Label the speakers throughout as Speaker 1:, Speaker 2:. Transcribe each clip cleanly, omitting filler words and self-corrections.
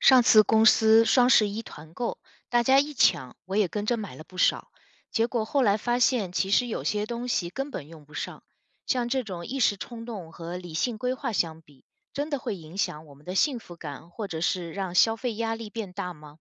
Speaker 1: 上次公司双11团购，大家一抢，我也跟着买了不少。结果后来发现，其实有些东西根本用不上。像这种一时冲动和理性规划相比，真的会影响我们的幸福感，或者是让消费压力变大吗？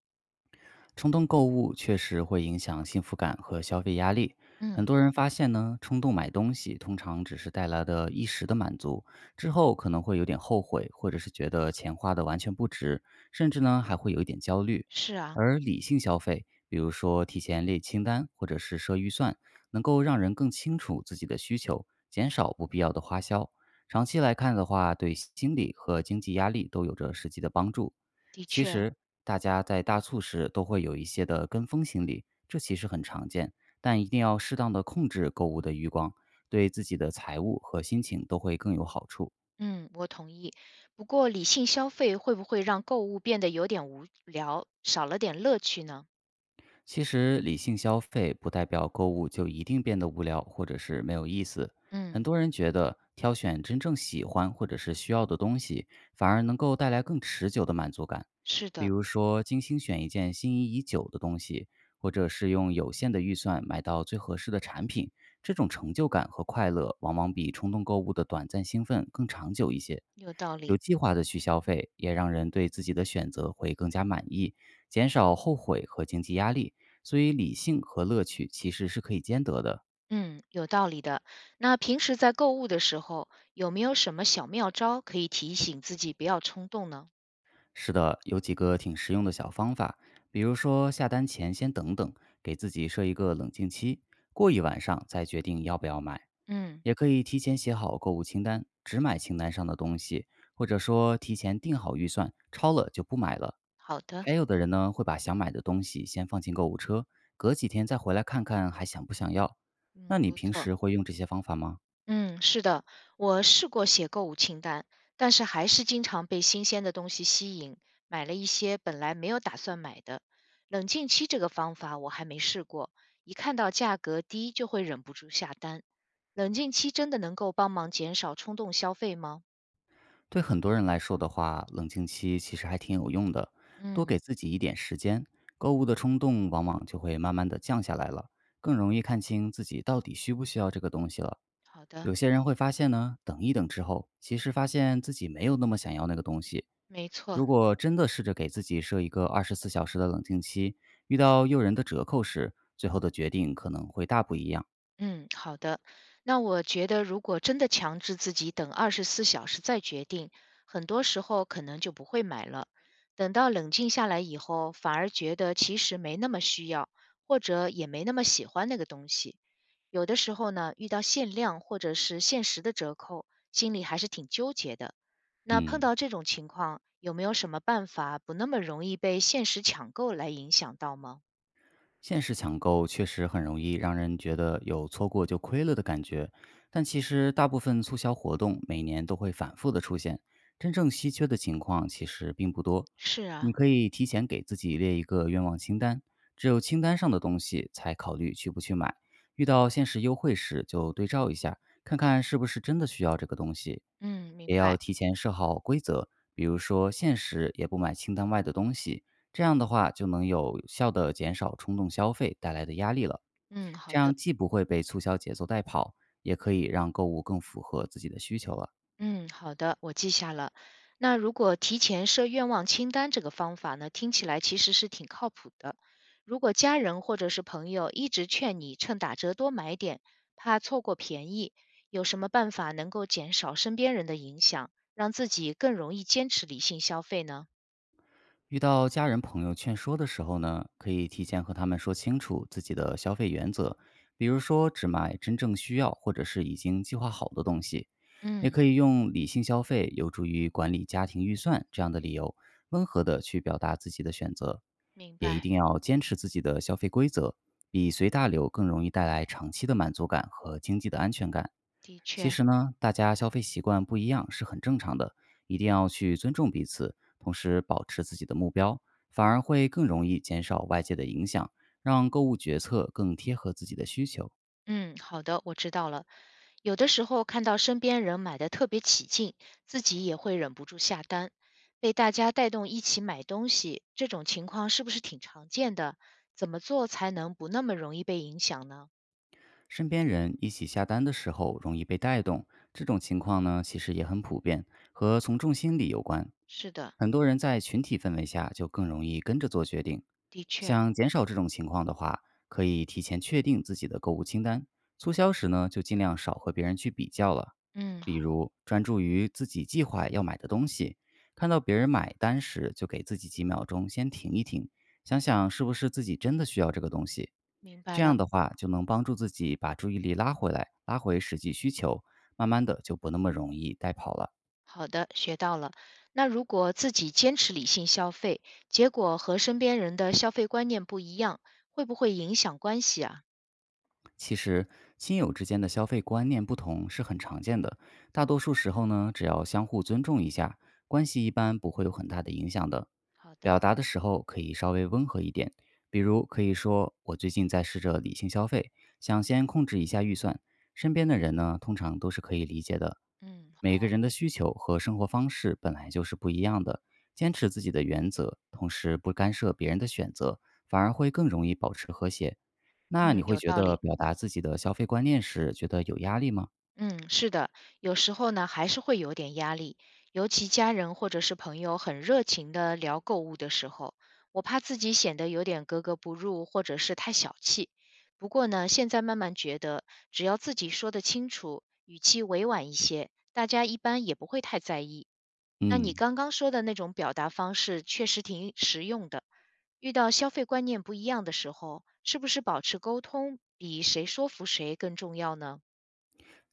Speaker 2: 冲动购物确实会影响幸福感和消费压力。很
Speaker 1: 嗯，
Speaker 2: 多人发现呢，冲动买东西通常只是带来的一时的满足，之后可能会有点后悔，或者是觉得钱花的完全不值，甚至呢还会有一点焦虑。
Speaker 1: 是啊，
Speaker 2: 而理性消费，比如说提前列清单或者是设预算，能够让人更清楚自己的需求，减少不必要的花销。长期来看的话，对心理和经济压力都有着实际的帮助。
Speaker 1: 的
Speaker 2: 其
Speaker 1: 确，
Speaker 2: 实大家在大促时都会有一些的跟风心理，这其实很常见，但一定要适当的控制购物的余光，对自己的财务和心情都会更有好处。
Speaker 1: 嗯，我同意。不过，理性消费会不会让购物变得有点无聊，少了点乐趣呢？
Speaker 2: 其实，理性消费不代表购物就一定变得无聊或者是没有意思。很
Speaker 1: 嗯，
Speaker 2: 多人觉得挑选真正喜欢或者是需要的东西，反而能够带来更持久的满足感。
Speaker 1: 是
Speaker 2: 比
Speaker 1: 的，
Speaker 2: 如说，精心选一件心仪已久的东西，或者是用有限的预算买到最合适的产品，这种成就感和快乐往往比冲动购物的短暂兴奋更长久一些。
Speaker 1: 有道
Speaker 2: 有
Speaker 1: 理。
Speaker 2: 计划的去消费，也让人对自己的选择会更加满意，减少后悔和经济压力。所以理性和乐趣其实是可以兼得的。
Speaker 1: 嗯，有道理的。那平时在购物的时候，有没有什么小妙招可以提醒自己不要冲动呢？
Speaker 2: 是的，有几个挺实用的小方法，比如说下单前先等等，给自己设一个冷静期，过一晚上再决定要不要买。
Speaker 1: 嗯，
Speaker 2: 也可以提前写好购物清单，只买清单上的东西，或者说提前定好预算，超了就不买了。
Speaker 1: 好的，
Speaker 2: 还有的人呢，会把想买的东西先放进购物车，隔几天再回来看看还想不想要。
Speaker 1: 嗯，
Speaker 2: 那你
Speaker 1: 不
Speaker 2: 平
Speaker 1: 错。
Speaker 2: 时会用这些方法吗？
Speaker 1: 嗯，是的，我试过写购物清单，但是还是经常被新鲜的东西吸引，买了一些本来没有打算买的。冷静期这个方法我还没试过，一看到价格低就会忍不住下单。冷静期真的能够帮忙减少冲动消费吗？
Speaker 2: 对很多人来说的话，冷静期其实还挺有用的，多
Speaker 1: 嗯，
Speaker 2: 给自己一点时间，购物的冲动往往就会慢慢的降下来了，更容易看清自己到底需不需要这个东西了。
Speaker 1: 好的，
Speaker 2: 有些人会发现呢，等一等之后，其实发现自己没有那么想要那个东西。
Speaker 1: 没错。
Speaker 2: 如果真的试着给自己设一个24小时的冷静期，遇到诱人的折扣时，最后的决定可能会大不一样。
Speaker 1: 嗯，好的。那我觉得，如果真的强制自己等24小时再决定，很多时候可能就不会买了。等到冷静下来以后，反而觉得其实没那么需要，或者也没那么喜欢那个东西。有的时候呢，遇到限量或者是限时的折扣，心里还是挺纠结的。那碰
Speaker 2: 嗯。
Speaker 1: 到这种情况，有没有什么办法不那么容易被限时抢购来影响到吗？
Speaker 2: 限时抢购确实很容易让人觉得有错过就亏了的感觉，但其实大部分促销活动每年都会反复的出现，真正稀缺的情况其实并不多。
Speaker 1: 是
Speaker 2: 你
Speaker 1: 啊，
Speaker 2: 可以提前给自己列一个愿望清单，只有清单上的东西才考虑去不去买。遇到限时优惠时就对照一下，看看是不是真的需要这个东西。
Speaker 1: 嗯，明
Speaker 2: 也要
Speaker 1: 白。
Speaker 2: 提前设好规则，比如说限时也不买清单外的东西，这样的话就能有效的减少冲动消费带来的压力了。
Speaker 1: 嗯，好
Speaker 2: 这
Speaker 1: 的。
Speaker 2: 样既不会被促销节奏带跑，也可以让购物更符合自己的需求了。
Speaker 1: 嗯，好的，我记下了。那如果提前设愿望清单这个方法呢，听起来其实是挺靠谱的。如果家人或者是朋友一直劝你趁打折多买点，怕错过便宜，有什么办法能够减少身边人的影响，让自己更容易坚持理性消费呢？
Speaker 2: 遇到家人朋友劝说的时候呢，可以提前和他们说清楚自己的消费原则，比如说只买真正需要或者是已经计划好的东西，也
Speaker 1: 嗯，
Speaker 2: 可以用理性消费有助于管理家庭预算这样的理由，温和的去表达自己的选择，
Speaker 1: 明
Speaker 2: 也一
Speaker 1: 白，
Speaker 2: 定要坚持自己的消费规则，比随大流更容易带来长期的满足感和经济的安全感。
Speaker 1: 的
Speaker 2: 其
Speaker 1: 确，
Speaker 2: 实呢，大家消费习惯不一样是很正常的，一定要去尊重彼此，同时保持自己的目标，反而会更容易减少外界的影响，让购物决策更贴合自己的需求。
Speaker 1: 嗯，好的，我知道了。有的时候看到身边人买的特别起劲，自己也会忍不住下单，被大家带动一起买东西，这种情况是不是挺常见的？怎么做才能不那么容易被影响呢？
Speaker 2: 身边人一起下单的时候容易被带动，这种情况呢，其实也很普遍，和从众心理有关。
Speaker 1: 是的，
Speaker 2: 很多人在群体氛围下就更容易跟着做决定。
Speaker 1: 的确，
Speaker 2: 想减少这种情况的话，可以提前确定自己的购物清单，促销时呢就尽量少和别人去比较了。
Speaker 1: 嗯，
Speaker 2: 比如专注于自己计划要买的东西，看到别人买单时，就给自己几秒钟先停一停，想想是不是自己真的需要这个东西。
Speaker 1: 明白
Speaker 2: 这
Speaker 1: 了。
Speaker 2: 样的话，就能帮助自己把注意力拉回来，拉回实际需求，慢慢的就不那么容易带跑了。
Speaker 1: 好的，学到了。那如果自己坚持理性消费，结果和身边人的消费观念不一样，会不会影响关系啊？
Speaker 2: 其实，亲友之间的消费观念不同是很常见的。大多数时候呢，只要相互尊重一下，关系一般不会有很大的影响的。
Speaker 1: 好的，
Speaker 2: 表达的时候可以稍微温和一点，比如可以说：“我最近在试着理性消费，想先控制一下预算。”身边的人呢，通常都是可以理解的。
Speaker 1: 嗯
Speaker 2: 每个人的需求和生活方式本来就是不一样的，坚持自己的原则，同时不干涉别人的选择，反而会更容易保持和谐。那你
Speaker 1: 嗯，
Speaker 2: 会
Speaker 1: 有
Speaker 2: 觉
Speaker 1: 道
Speaker 2: 得
Speaker 1: 理。
Speaker 2: 表达自己的消费观念时觉得有压力吗？
Speaker 1: 嗯，是的，有时候呢还是会有点压力，尤其家人或者是朋友很热情的聊购物的时候，我怕自己显得有点格格不入，或者是太小气。不过呢，现在慢慢觉得，只要自己说得清楚，语气委婉一些，大家一般也不会太在意。那你
Speaker 2: 嗯，
Speaker 1: 刚刚说的那种表达方式确实挺实用的。遇到消费观念不一样的时候，是不是保持沟通比谁说服谁更重要呢？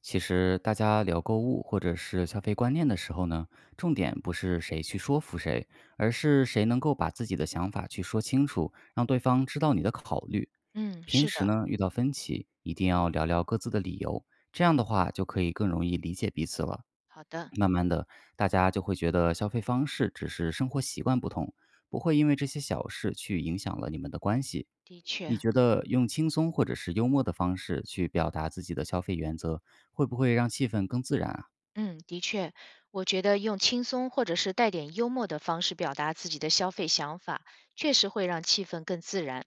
Speaker 2: 其实大家聊购物或者是消费观念的时候呢，重点不是谁去说服谁，而是谁能够把自己的想法去说清楚，让对方知道你的考虑。
Speaker 1: 嗯，
Speaker 2: 平
Speaker 1: 是
Speaker 2: 时
Speaker 1: 的。
Speaker 2: 呢，遇到分歧，一定要聊聊各自的理由，这样的话就可以更容易理解彼此了。
Speaker 1: 好的，
Speaker 2: 慢慢的，大家就会觉得消费方式只是生活习惯不同，不会因为这些小事去影响了你们的关系。
Speaker 1: 的
Speaker 2: 你
Speaker 1: 确，
Speaker 2: 觉得用轻松或者是幽默的方式去表达自己的消费原则，会不会让气氛更自然啊？
Speaker 1: 嗯，的确，我觉得用轻松或者是带点幽默的方式表达自己的消费想法，确实会让气氛更自然。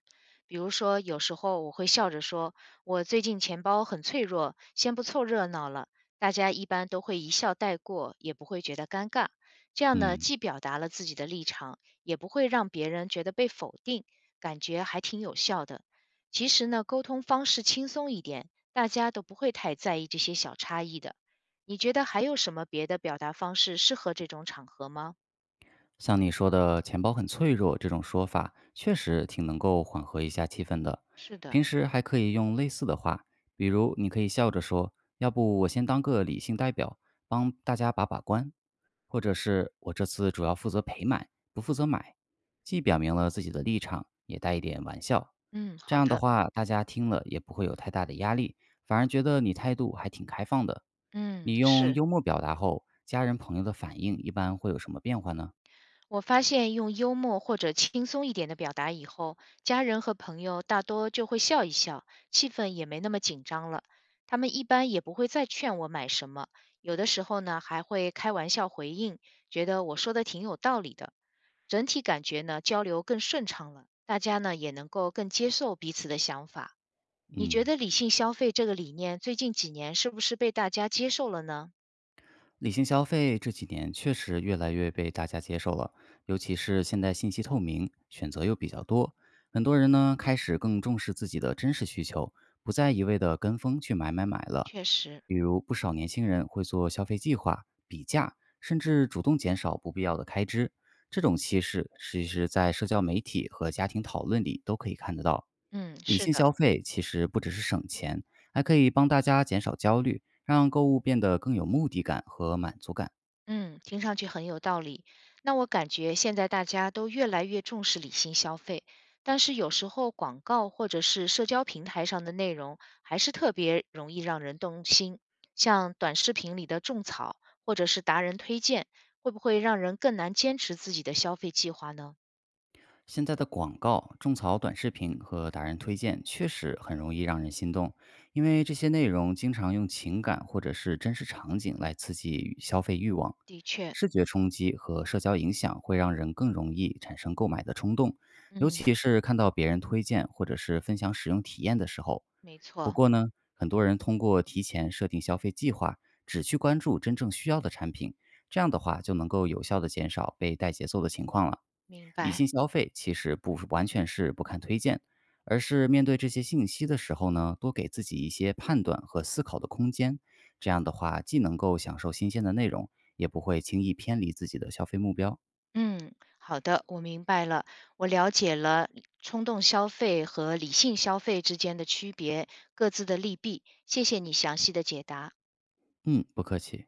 Speaker 1: 比如说，有时候我会笑着说：“我最近钱包很脆弱，先不凑热闹了。”大家一般都会一笑带过，也不会觉得尴尬。这样呢，
Speaker 2: 嗯。
Speaker 1: 既表达了自己的立场，也不会让别人觉得被否定，感觉还挺有效的。其实呢，沟通方式轻松一点，大家都不会太在意这些小差异的。你觉得还有什么别的表达方式适合这种场合吗？
Speaker 2: 像你说的“钱包很脆弱”这种说法，确实挺能够缓和一下气氛的。
Speaker 1: 是的，
Speaker 2: 平时还可以用类似的话，比如你可以笑着说：“要不我先当个理性代表，帮大家把把关。”或者是“我这次主要负责陪买，不负责买”，既表明了自己的立场，也带一点玩笑。
Speaker 1: 嗯，
Speaker 2: 这
Speaker 1: 好
Speaker 2: 样的
Speaker 1: 的。
Speaker 2: 话，大家听了也不会有太大的压力，反而觉得你态度还挺开放的。
Speaker 1: 嗯，
Speaker 2: 你用
Speaker 1: 是。
Speaker 2: 幽默表达后，家人朋友的反应一般会有什么变化呢？
Speaker 1: 我发现用幽默或者轻松一点的表达以后，家人和朋友大多就会笑一笑，气氛也没那么紧张了。他们一般也不会再劝我买什么，有的时候呢还会开玩笑回应，觉得我说的挺有道理的。整体感觉呢，交流更顺畅了，大家呢也能够更接受彼此的想法。你觉
Speaker 2: 嗯。
Speaker 1: 得理性消费这个理念最近几年是不是被大家接受了呢？
Speaker 2: 理性消费这几年确实越来越被大家接受了，尤其是现在信息透明，选择又比较多，很多人呢开始更重视自己的真实需求，不再一味的跟风去买买买了。
Speaker 1: 确实，
Speaker 2: 比如，不少年轻人会做消费计划、比价，甚至主动减少不必要的开支。这种趋势，其实在社交媒体和家庭讨论里都可以看得到。
Speaker 1: 嗯，
Speaker 2: 理
Speaker 1: 是
Speaker 2: 性
Speaker 1: 的，
Speaker 2: 消费其实不只是省钱，还可以帮大家减少焦虑，让购物变得更有目的感和满足感。
Speaker 1: 嗯，听上去很有道理。那我感觉现在大家都越来越重视理性消费，但是有时候广告或者是社交平台上的内容还是特别容易让人动心，像短视频里的种草或者是达人推荐，会不会让人更难坚持自己的消费计划呢？
Speaker 2: 现在的广告、种草短视频和达人推荐确实很容易让人心动，因为这些内容经常用情感或者是真实场景来刺激消费欲望，
Speaker 1: 的确，
Speaker 2: 视觉冲击和社交影响会让人更容易产生购买的冲动，尤
Speaker 1: 嗯，
Speaker 2: 其是看到别人推荐或者是分享使用体验的时候。
Speaker 1: 没
Speaker 2: 不
Speaker 1: 错，
Speaker 2: 过呢，很多人通过提前设定消费计划，只去关注真正需要的产品，这样的话就能够有效的减少被带节奏的情况了。
Speaker 1: 明
Speaker 2: 理
Speaker 1: 白。
Speaker 2: 性消费其实不是完全是不看推荐，而是面对这些信息的时候呢，多给自己一些判断和思考的空间。这样的话，既能够享受新鲜的内容，也不会轻易偏离自己的消费目标。
Speaker 1: 嗯，好的，我明白了，我了解了冲动消费和理性消费之间的区别，各自的利弊。谢谢你详细的解答。
Speaker 2: 嗯，不客气。